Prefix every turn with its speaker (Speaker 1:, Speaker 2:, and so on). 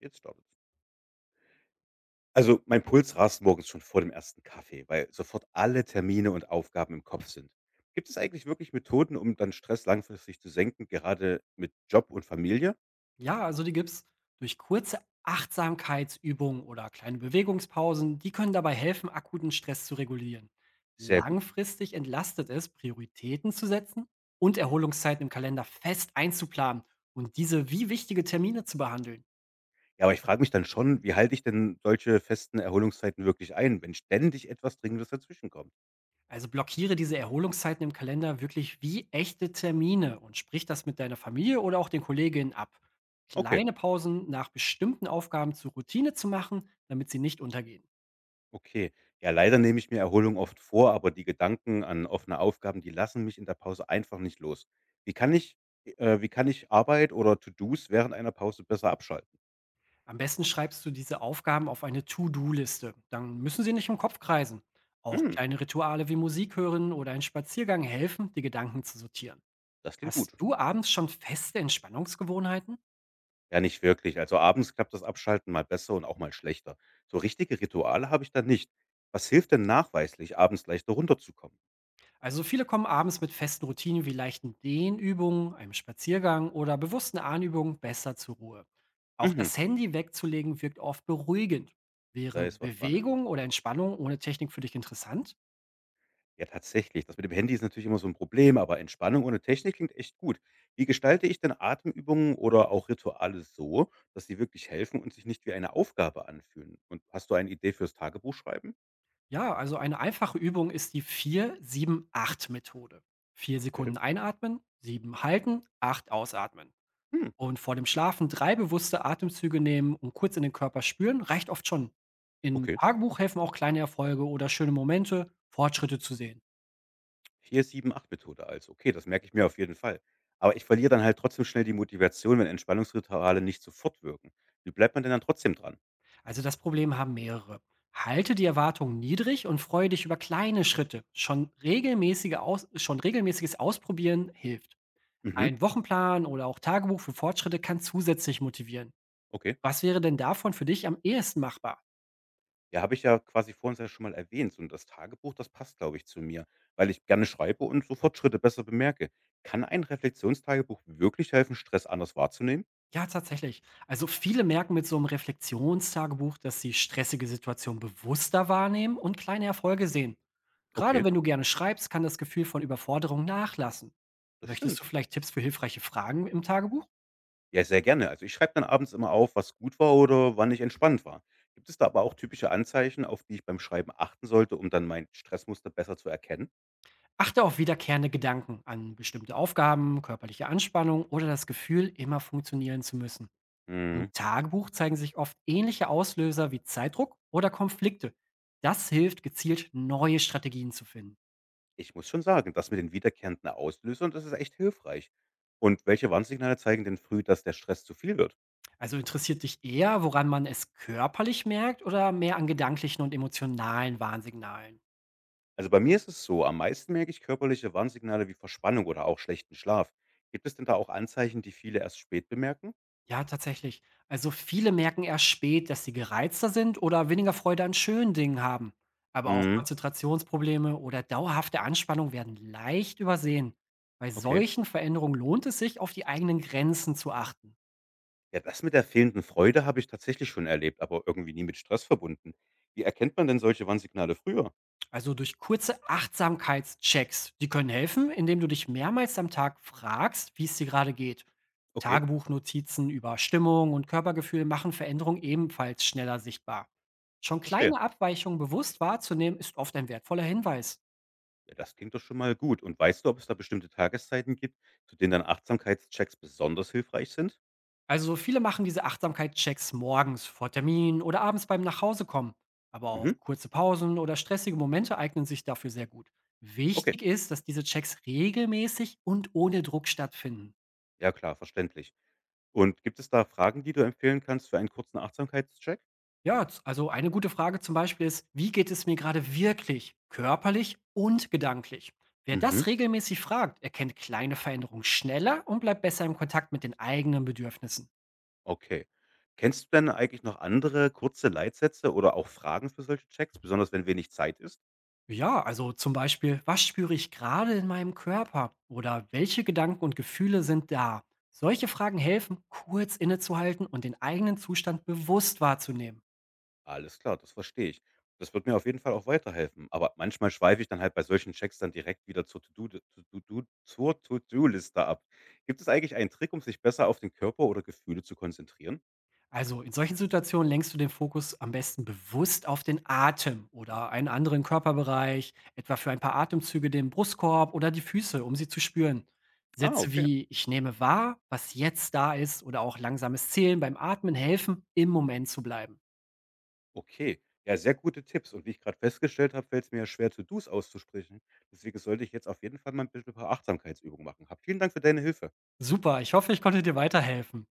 Speaker 1: Jetzt startet's. Also, mein Puls rast morgens schon vor dem ersten Kaffee, weil sofort alle Termine und Aufgaben im Kopf sind. Gibt es eigentlich wirklich Methoden, um dann Stress langfristig zu senken, gerade mit Job und Familie?
Speaker 2: Ja, also die gibt's durch kurze Achtsamkeitsübungen oder kleine Bewegungspausen. Die können dabei helfen, akuten Stress zu regulieren.
Speaker 1: Sehr gut.
Speaker 2: Langfristig entlastet es, Prioritäten zu setzen und Erholungszeiten im Kalender fest einzuplanen und diese wie wichtige Termine zu behandeln.
Speaker 1: Ja, aber ich frage mich dann schon, wie halte ich denn solche festen Erholungszeiten wirklich ein, wenn ständig etwas Dringendes dazwischenkommt?
Speaker 2: Also blockiere diese Erholungszeiten im Kalender wirklich wie echte Termine und sprich das mit deiner Familie oder auch den Kolleginnen ab.
Speaker 1: Okay,
Speaker 2: Kleine Pausen nach bestimmten Aufgaben zur Routine zu machen, damit sie nicht untergehen.
Speaker 1: okay. Ja, leider nehme ich mir Erholung oft vor, aber die Gedanken an offene Aufgaben, die lassen mich in der Pause einfach nicht los. Wie kann ich, wie kann ich Arbeit oder To-Dos während einer Pause besser abschalten?
Speaker 2: Am besten schreibst du diese Aufgaben auf eine To-Do-Liste. Dann müssen sie nicht im Kopf kreisen. Auch
Speaker 1: Hm,
Speaker 2: kleine Rituale wie Musik hören oder ein Spaziergang helfen, die Gedanken zu sortieren.
Speaker 1: das klingt
Speaker 2: Hast
Speaker 1: gut.
Speaker 2: du abends schon feste Entspannungsgewohnheiten?
Speaker 1: Ja, nicht wirklich. Also abends klappt das Abschalten mal besser und auch mal schlechter. So richtige Rituale habe ich da nicht. Was hilft denn nachweislich, abends leichter runterzukommen?
Speaker 2: Also viele kommen abends mit festen Routinen wie leichten Dehnübungen, einem Spaziergang oder bewussten Anübungen besser zur Ruhe. Auch
Speaker 1: Mhm,
Speaker 2: das Handy wegzulegen wirkt oft beruhigend.
Speaker 1: da
Speaker 2: Wäre
Speaker 1: ist was dran. Ja,
Speaker 2: Bewegung oder Entspannung ohne Technik für dich interessant?
Speaker 1: ja, tatsächlich. Das mit dem Handy ist natürlich immer so ein Problem, aber Entspannung ohne Technik klingt echt gut. Wie gestalte ich denn Atemübungen oder auch Rituale so, dass sie wirklich helfen und sich nicht wie eine Aufgabe anfühlen? Und hast du eine Idee fürs Tagebuch schreiben?
Speaker 2: Ja, also eine einfache Übung ist die 4-7-8-Methode. Vier
Speaker 1: Okay.
Speaker 2: Sekunden einatmen, 7 halten, 8 ausatmen.
Speaker 1: Hm,
Speaker 2: Und vor dem Schlafen drei bewusste Atemzüge nehmen und kurz in den Körper spüren, reicht oft schon. Im
Speaker 1: okay.
Speaker 2: Tagebuch helfen auch kleine Erfolge oder schöne Momente, Fortschritte zu sehen.
Speaker 1: 4-7-8 Methode also. Okay, das merke ich mir auf jeden Fall. Aber ich verliere dann halt trotzdem schnell die Motivation, wenn Entspannungsrituale nicht sofort wirken. Wie bleibt man denn dann trotzdem dran?
Speaker 2: Also das Problem haben mehrere. Halte die Erwartungen niedrig und freue dich über kleine Schritte. Schon regelmäßiges Ausprobieren hilft.
Speaker 1: Mhm,
Speaker 2: Ein Wochenplan oder auch Tagebuch für Fortschritte kann zusätzlich motivieren.
Speaker 1: okay.
Speaker 2: Was wäre denn davon für dich am ehesten machbar?
Speaker 1: Ja, habe ich ja quasi vor uns ja schon mal erwähnt. So, und das Tagebuch, das passt, glaube ich, zu mir, weil ich gerne schreibe und so Fortschritte besser bemerke. Kann ein Reflexionstagebuch wirklich helfen, Stress anders wahrzunehmen?
Speaker 2: Ja, tatsächlich. Also viele merken mit so einem Reflexionstagebuch, dass sie stressige Situationen bewusster wahrnehmen und kleine Erfolge sehen. Gerade
Speaker 1: Okay,
Speaker 2: wenn du gerne schreibst, kann das Gefühl von Überforderung nachlassen.
Speaker 1: das
Speaker 2: Möchtest du
Speaker 1: stimmt.
Speaker 2: vielleicht Tipps für hilfreiche Fragen im Tagebuch?
Speaker 1: Ja, sehr gerne. Also, ich schreibe dann abends immer auf, was gut war oder wann ich entspannt war. Gibt es da aber auch typische Anzeichen, auf die ich beim Schreiben achten sollte, um dann mein Stressmuster besser zu erkennen?
Speaker 2: Achte auf wiederkehrende Gedanken an bestimmte Aufgaben, körperliche Anspannung oder das Gefühl, immer funktionieren zu müssen. Im
Speaker 1: Hm,
Speaker 2: Tagebuch zeigen sich oft ähnliche Auslöser wie Zeitdruck oder Konflikte. Das hilft gezielt, neue Strategien zu finden.
Speaker 1: ich muss schon sagen, das mit den wiederkehrenden Auslösern, das ist echt hilfreich. Und welche Warnsignale zeigen denn früh, dass der Stress zu viel wird?
Speaker 2: Also interessiert dich eher, woran man es körperlich merkt oder mehr an gedanklichen und emotionalen Warnsignalen?
Speaker 1: Also, bei mir ist es so, am meisten merke ich körperliche Warnsignale wie Verspannung oder auch schlechten Schlaf. Gibt es denn da auch Anzeichen, die viele erst spät bemerken?
Speaker 2: Ja, tatsächlich. Also viele merken erst spät, dass sie gereizter sind oder weniger Freude an schönen Dingen haben. Aber auch
Speaker 1: Mhm,
Speaker 2: Konzentrationsprobleme oder dauerhafte Anspannung werden leicht übersehen. Bei
Speaker 1: okay.
Speaker 2: solchen Veränderungen lohnt es sich, auf die eigenen Grenzen zu achten.
Speaker 1: Ja, das mit der fehlenden Freude habe ich tatsächlich schon erlebt, aber irgendwie nie mit Stress verbunden. Wie erkennt man denn solche Warnsignale früher?
Speaker 2: Also durch kurze Achtsamkeitschecks. Die können helfen, indem du dich mehrmals am Tag fragst, wie es dir gerade geht.
Speaker 1: Okay,
Speaker 2: Tagebuchnotizen über Stimmung und Körpergefühl machen Veränderungen ebenfalls schneller sichtbar. Schon
Speaker 1: verstehe.
Speaker 2: kleine Abweichungen bewusst wahrzunehmen, ist oft ein wertvoller Hinweis.
Speaker 1: Ja, das klingt doch schon mal gut. Und weißt du, ob es da bestimmte Tageszeiten gibt, zu denen dann Achtsamkeitschecks besonders hilfreich sind?
Speaker 2: Also viele machen diese Achtsamkeitschecks morgens vor Termin oder abends beim Nachhausekommen. Aber
Speaker 1: Mhm,
Speaker 2: auch kurze Pausen oder stressige Momente eignen sich dafür sehr gut.
Speaker 1: okay.
Speaker 2: Wichtig ist, dass diese Checks regelmäßig und ohne Druck stattfinden.
Speaker 1: Ja, klar, verständlich. Und gibt es da Fragen, die du empfehlen kannst für einen kurzen Achtsamkeitscheck?
Speaker 2: Ja, also eine gute Frage zum Beispiel ist: Wie geht es mir gerade wirklich, körperlich und gedanklich? Wer
Speaker 1: Mhm,
Speaker 2: das regelmäßig fragt, erkennt kleine Veränderungen schneller und bleibt besser im Kontakt mit den eigenen Bedürfnissen.
Speaker 1: okay. Kennst du denn eigentlich noch andere kurze Leitsätze oder auch Fragen für solche Checks, besonders wenn wenig Zeit ist?
Speaker 2: Ja, also zum Beispiel: Was spüre ich gerade in meinem Körper oder welche Gedanken und Gefühle sind da? Solche Fragen helfen, kurz innezuhalten und den eigenen Zustand bewusst wahrzunehmen.
Speaker 1: Alles klar, das verstehe ich. Das wird mir auf jeden Fall auch weiterhelfen. Aber manchmal schweife ich dann halt bei solchen Checks dann direkt wieder zur To-Do d- To- To- Do- zur To-Do-Liste ab. Gibt es eigentlich einen Trick, um sich besser auf den Körper oder Gefühle zu konzentrieren?
Speaker 2: Also in solchen Situationen lenkst du den Fokus am besten bewusst auf den Atem oder einen anderen Körperbereich, etwa für ein paar Atemzüge den Brustkorb oder die Füße, um sie zu spüren.
Speaker 1: Ah,
Speaker 2: Sätze
Speaker 1: okay.
Speaker 2: wie "Ich nehme wahr, was jetzt da ist" oder auch langsames Zählen beim Atmen helfen, im Moment zu bleiben.
Speaker 1: Okay. Ja, sehr gute Tipps. Und wie ich gerade festgestellt habe, fällt es mir ja schwer, To-Dos auszusprechen. Deswegen sollte ich jetzt auf jeden Fall mal ein bisschen ein paar Achtsamkeitsübungen machen. Hab vielen Dank für deine Hilfe.
Speaker 2: Super, ich hoffe, ich konnte dir weiterhelfen.